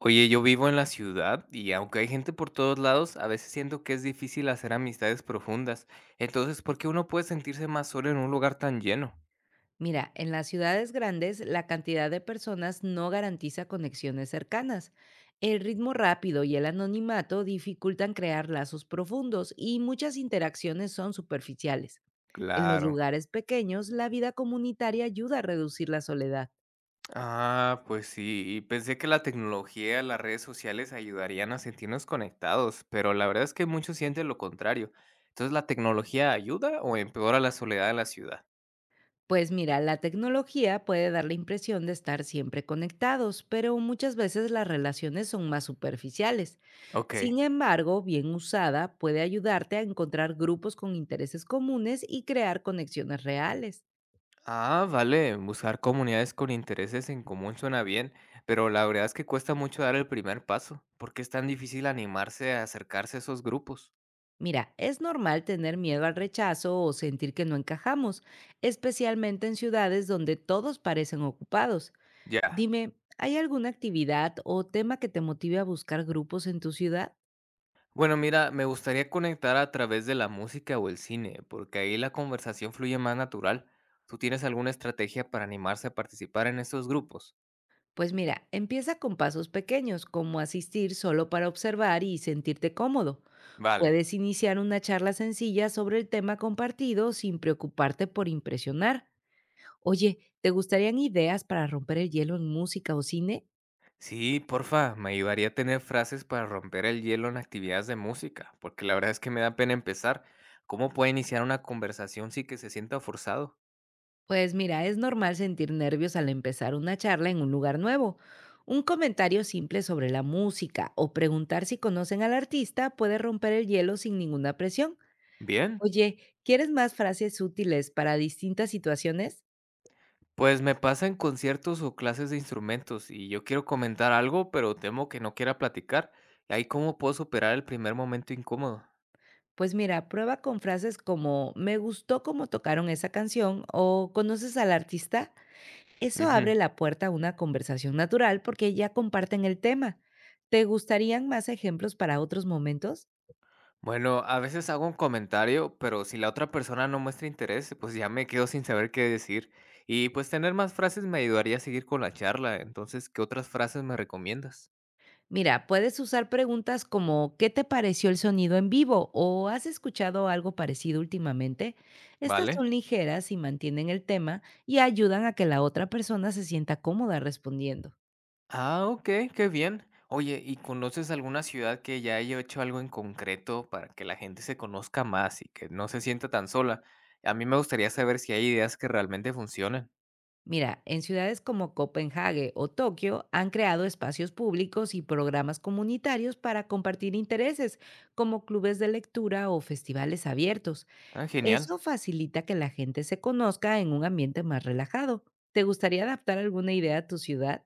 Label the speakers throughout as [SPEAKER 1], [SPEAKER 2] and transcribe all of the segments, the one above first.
[SPEAKER 1] Oye, yo vivo en la ciudad y aunque hay gente por todos lados, a veces siento que es difícil hacer amistades profundas. Entonces, ¿por qué uno puede sentirse más solo en un lugar tan lleno?
[SPEAKER 2] Mira, en las ciudades grandes la cantidad de personas no garantiza conexiones cercanas. El ritmo rápido y el anonimato dificultan crear lazos profundos y muchas interacciones son superficiales. En los
[SPEAKER 1] Claro.
[SPEAKER 2] lugares pequeños, la vida comunitaria ayuda a reducir la soledad.
[SPEAKER 1] Ah, pues sí, y pensé que la tecnología, las redes sociales ayudarían a sentirnos conectados, pero la verdad es que muchos sienten lo contrario. Entonces, ¿la tecnología ayuda o empeora la soledad de la ciudad?
[SPEAKER 2] Pues mira, la tecnología puede dar la impresión de estar siempre conectados, pero muchas veces las relaciones son más superficiales.
[SPEAKER 1] Ok.
[SPEAKER 2] Sin embargo, bien usada, puede ayudarte a encontrar grupos con intereses comunes y crear conexiones reales.
[SPEAKER 1] Ah, vale, buscar comunidades con intereses en común suena bien, pero la verdad es que cuesta mucho dar el primer paso. ¿Por qué es tan difícil animarse a acercarse a esos grupos?
[SPEAKER 2] Mira, es normal tener miedo al rechazo o sentir que no encajamos, especialmente en ciudades donde todos parecen ocupados.
[SPEAKER 1] Ya.
[SPEAKER 2] Dime, ¿hay alguna actividad o tema que te motive a buscar grupos en tu ciudad?
[SPEAKER 1] Bueno, mira, me gustaría conectar a través de la música o el cine, porque ahí la conversación fluye más natural. ¿Tú tienes alguna estrategia para animarse a participar en esos grupos?
[SPEAKER 2] Pues mira, empieza con pasos pequeños, como asistir solo para observar y sentirte cómodo.
[SPEAKER 1] Vale.
[SPEAKER 2] Puedes iniciar una charla sencilla sobre el tema compartido sin preocuparte por impresionar. Oye, ¿te gustarían ideas para romper el hielo en música o cine?
[SPEAKER 1] Sí, porfa, me ayudaría a tener frases para romper el hielo en actividades de música, porque la verdad es que me da pena empezar. ¿Cómo puedo iniciar una conversación sin que se sienta forzado?
[SPEAKER 2] Pues mira, es normal sentir nervios al empezar una charla en un lugar nuevo. Un comentario simple sobre la música o preguntar si conocen al artista puede romper el hielo sin ninguna presión.
[SPEAKER 1] Bien,
[SPEAKER 2] Oye, ¿quieres más frases útiles para distintas situaciones?
[SPEAKER 1] pues me pasa en conciertos o clases de instrumentos y yo quiero comentar algo, pero temo que no quiera platicar. ¿Y ahí cómo puedo superar el primer momento incómodo?
[SPEAKER 2] Pues mira, prueba con frases como me gustó cómo tocaron esa canción o ¿conoces al artista? Eso abre
[SPEAKER 1] Ujú.
[SPEAKER 2] la puerta a una conversación natural porque ya comparten el tema. ¿Te gustarían más ejemplos para otros momentos?
[SPEAKER 1] Bueno, a veces hago un comentario, pero si la otra persona no muestra interés, pues ya me quedo sin saber qué decir. Y pues tener más frases me ayudaría a seguir con la charla. Entonces, ¿qué otras frases me recomiendas?
[SPEAKER 2] Mira, puedes usar preguntas como ¿qué te pareció el sonido en vivo? O ¿has escuchado algo parecido últimamente? Estas
[SPEAKER 1] ¿Vale?
[SPEAKER 2] son ligeras y mantienen el tema y ayudan a que la otra persona se sienta cómoda respondiendo.
[SPEAKER 1] Ah, ok, qué bien. Oye, ¿y conoces alguna ciudad que ya haya hecho algo en concreto para que la gente se conozca más y que no se sienta tan sola? A mí me gustaría saber si hay ideas que realmente funcionen.
[SPEAKER 2] Mira, en ciudades como Copenhague o Tokio han creado espacios públicos y programas comunitarios para compartir intereses, como clubes de lectura o festivales abiertos.
[SPEAKER 1] Ah, genial.
[SPEAKER 2] Eso facilita que la gente se conozca en un ambiente más relajado. ¿Te gustaría adaptar alguna idea a tu ciudad?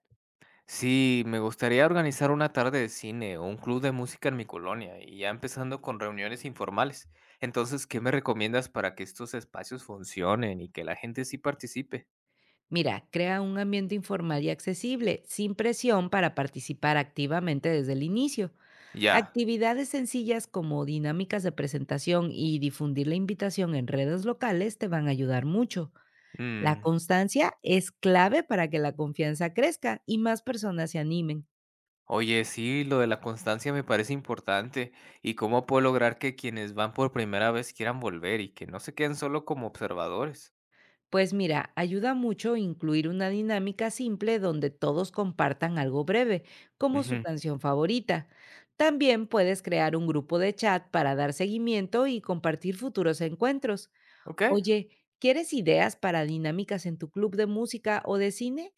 [SPEAKER 1] Sí, me gustaría organizar una tarde de cine o un club de música en mi colonia y ya empezando con reuniones informales. Entonces, ¿qué me recomiendas para que estos espacios funcionen y que la gente sí participe?
[SPEAKER 2] Mira, crea un ambiente informal y accesible, sin presión para participar activamente desde el inicio.
[SPEAKER 1] Ya.
[SPEAKER 2] Actividades sencillas como dinámicas de presentación y difundir la invitación en redes locales te van a ayudar mucho. La
[SPEAKER 1] Mm.
[SPEAKER 2] constancia es clave para que la confianza crezca y más personas se animen.
[SPEAKER 1] Oye, sí, lo de la constancia me parece importante. ¿Y cómo puedo lograr que quienes van por primera vez quieran volver y que no se queden solo como observadores?
[SPEAKER 2] Pues mira, ayuda mucho incluir una dinámica simple donde todos compartan algo breve, como su
[SPEAKER 1] Ujú.
[SPEAKER 2] canción favorita. También puedes crear un grupo de chat para dar seguimiento y compartir futuros encuentros.
[SPEAKER 1] Ok.
[SPEAKER 2] Oye, ¿quieres ideas para dinámicas en tu club de música o de cine?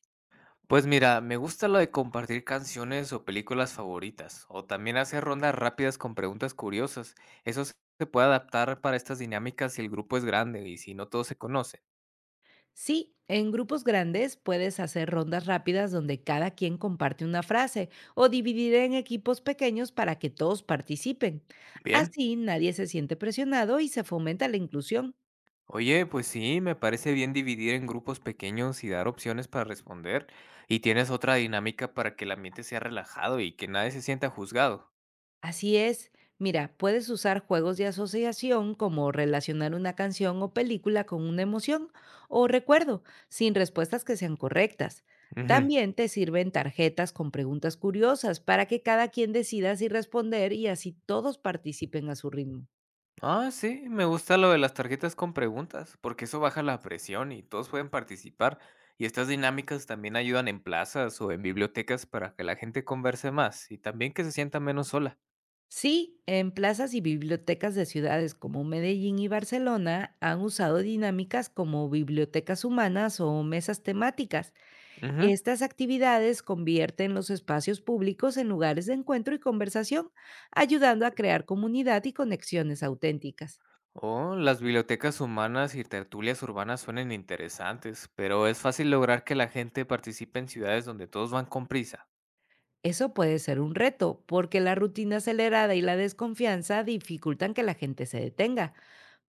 [SPEAKER 1] Pues mira, me gusta lo de compartir canciones o películas favoritas, o también hacer rondas rápidas con preguntas curiosas. Eso se puede adaptar para estas dinámicas si el grupo es grande y si no todos se conocen.
[SPEAKER 2] Sí, en grupos grandes puedes hacer rondas rápidas donde cada quien comparte una frase o dividir en equipos pequeños para que todos participen.
[SPEAKER 1] Bien.
[SPEAKER 2] Así nadie se siente presionado y se fomenta la inclusión.
[SPEAKER 1] Oye, pues sí, me parece bien dividir en grupos pequeños y dar opciones para responder. Y tienes otra dinámica para que el ambiente sea relajado y que nadie se sienta juzgado.
[SPEAKER 2] Así es. Mira, puedes usar juegos de asociación como relacionar una canción o película con una emoción o recuerdo, sin respuestas que sean correctas.
[SPEAKER 1] Ujú.
[SPEAKER 2] También te sirven tarjetas con preguntas curiosas para que cada quien decida si responder y así todos participen a su ritmo.
[SPEAKER 1] Ah, sí, me gusta lo de las tarjetas con preguntas, porque eso baja la presión y todos pueden participar. Y estas dinámicas también ayudan en plazas o en bibliotecas para que la gente converse más y también que se sienta menos sola.
[SPEAKER 2] Sí, en plazas y bibliotecas de ciudades como Medellín y Barcelona han usado dinámicas como bibliotecas humanas o mesas temáticas.
[SPEAKER 1] Ujú.
[SPEAKER 2] Estas actividades convierten los espacios públicos en lugares de encuentro y conversación, ayudando a crear comunidad y conexiones auténticas.
[SPEAKER 1] Oh, las bibliotecas humanas y tertulias urbanas suenan interesantes, pero es fácil lograr que la gente participe en ciudades donde todos van con prisa.
[SPEAKER 2] Eso puede ser un reto, porque la rutina acelerada y la desconfianza dificultan que la gente se detenga,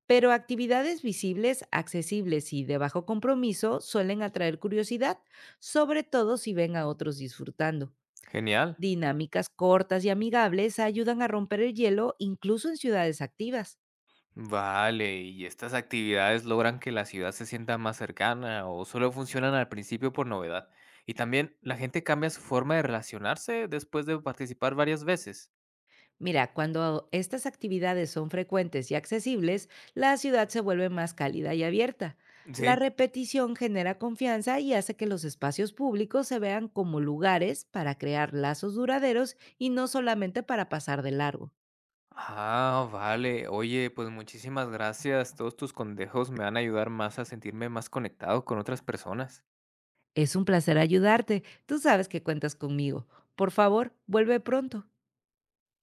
[SPEAKER 2] pero actividades visibles, accesibles y de bajo compromiso suelen atraer curiosidad, sobre todo si ven a otros disfrutando.
[SPEAKER 1] Genial.
[SPEAKER 2] Dinámicas cortas y amigables ayudan a romper el hielo incluso en ciudades activas.
[SPEAKER 1] Vale, ¿y estas actividades logran que la ciudad se sienta más cercana o solo funcionan al principio por novedad? Y también, ¿la gente cambia su forma de relacionarse después de participar varias veces?
[SPEAKER 2] Mira, cuando estas actividades son frecuentes y accesibles, la ciudad se vuelve más cálida y abierta. La
[SPEAKER 1] Sí.
[SPEAKER 2] repetición genera confianza y hace que los espacios públicos se vean como lugares para crear lazos duraderos y no solamente para pasar de largo.
[SPEAKER 1] Ah, vale. Oye, pues muchísimas gracias. Todos tus consejos me van a ayudar más a sentirme más conectado con otras personas.
[SPEAKER 2] Es un placer ayudarte. Tú sabes que cuentas conmigo. Por favor, vuelve pronto.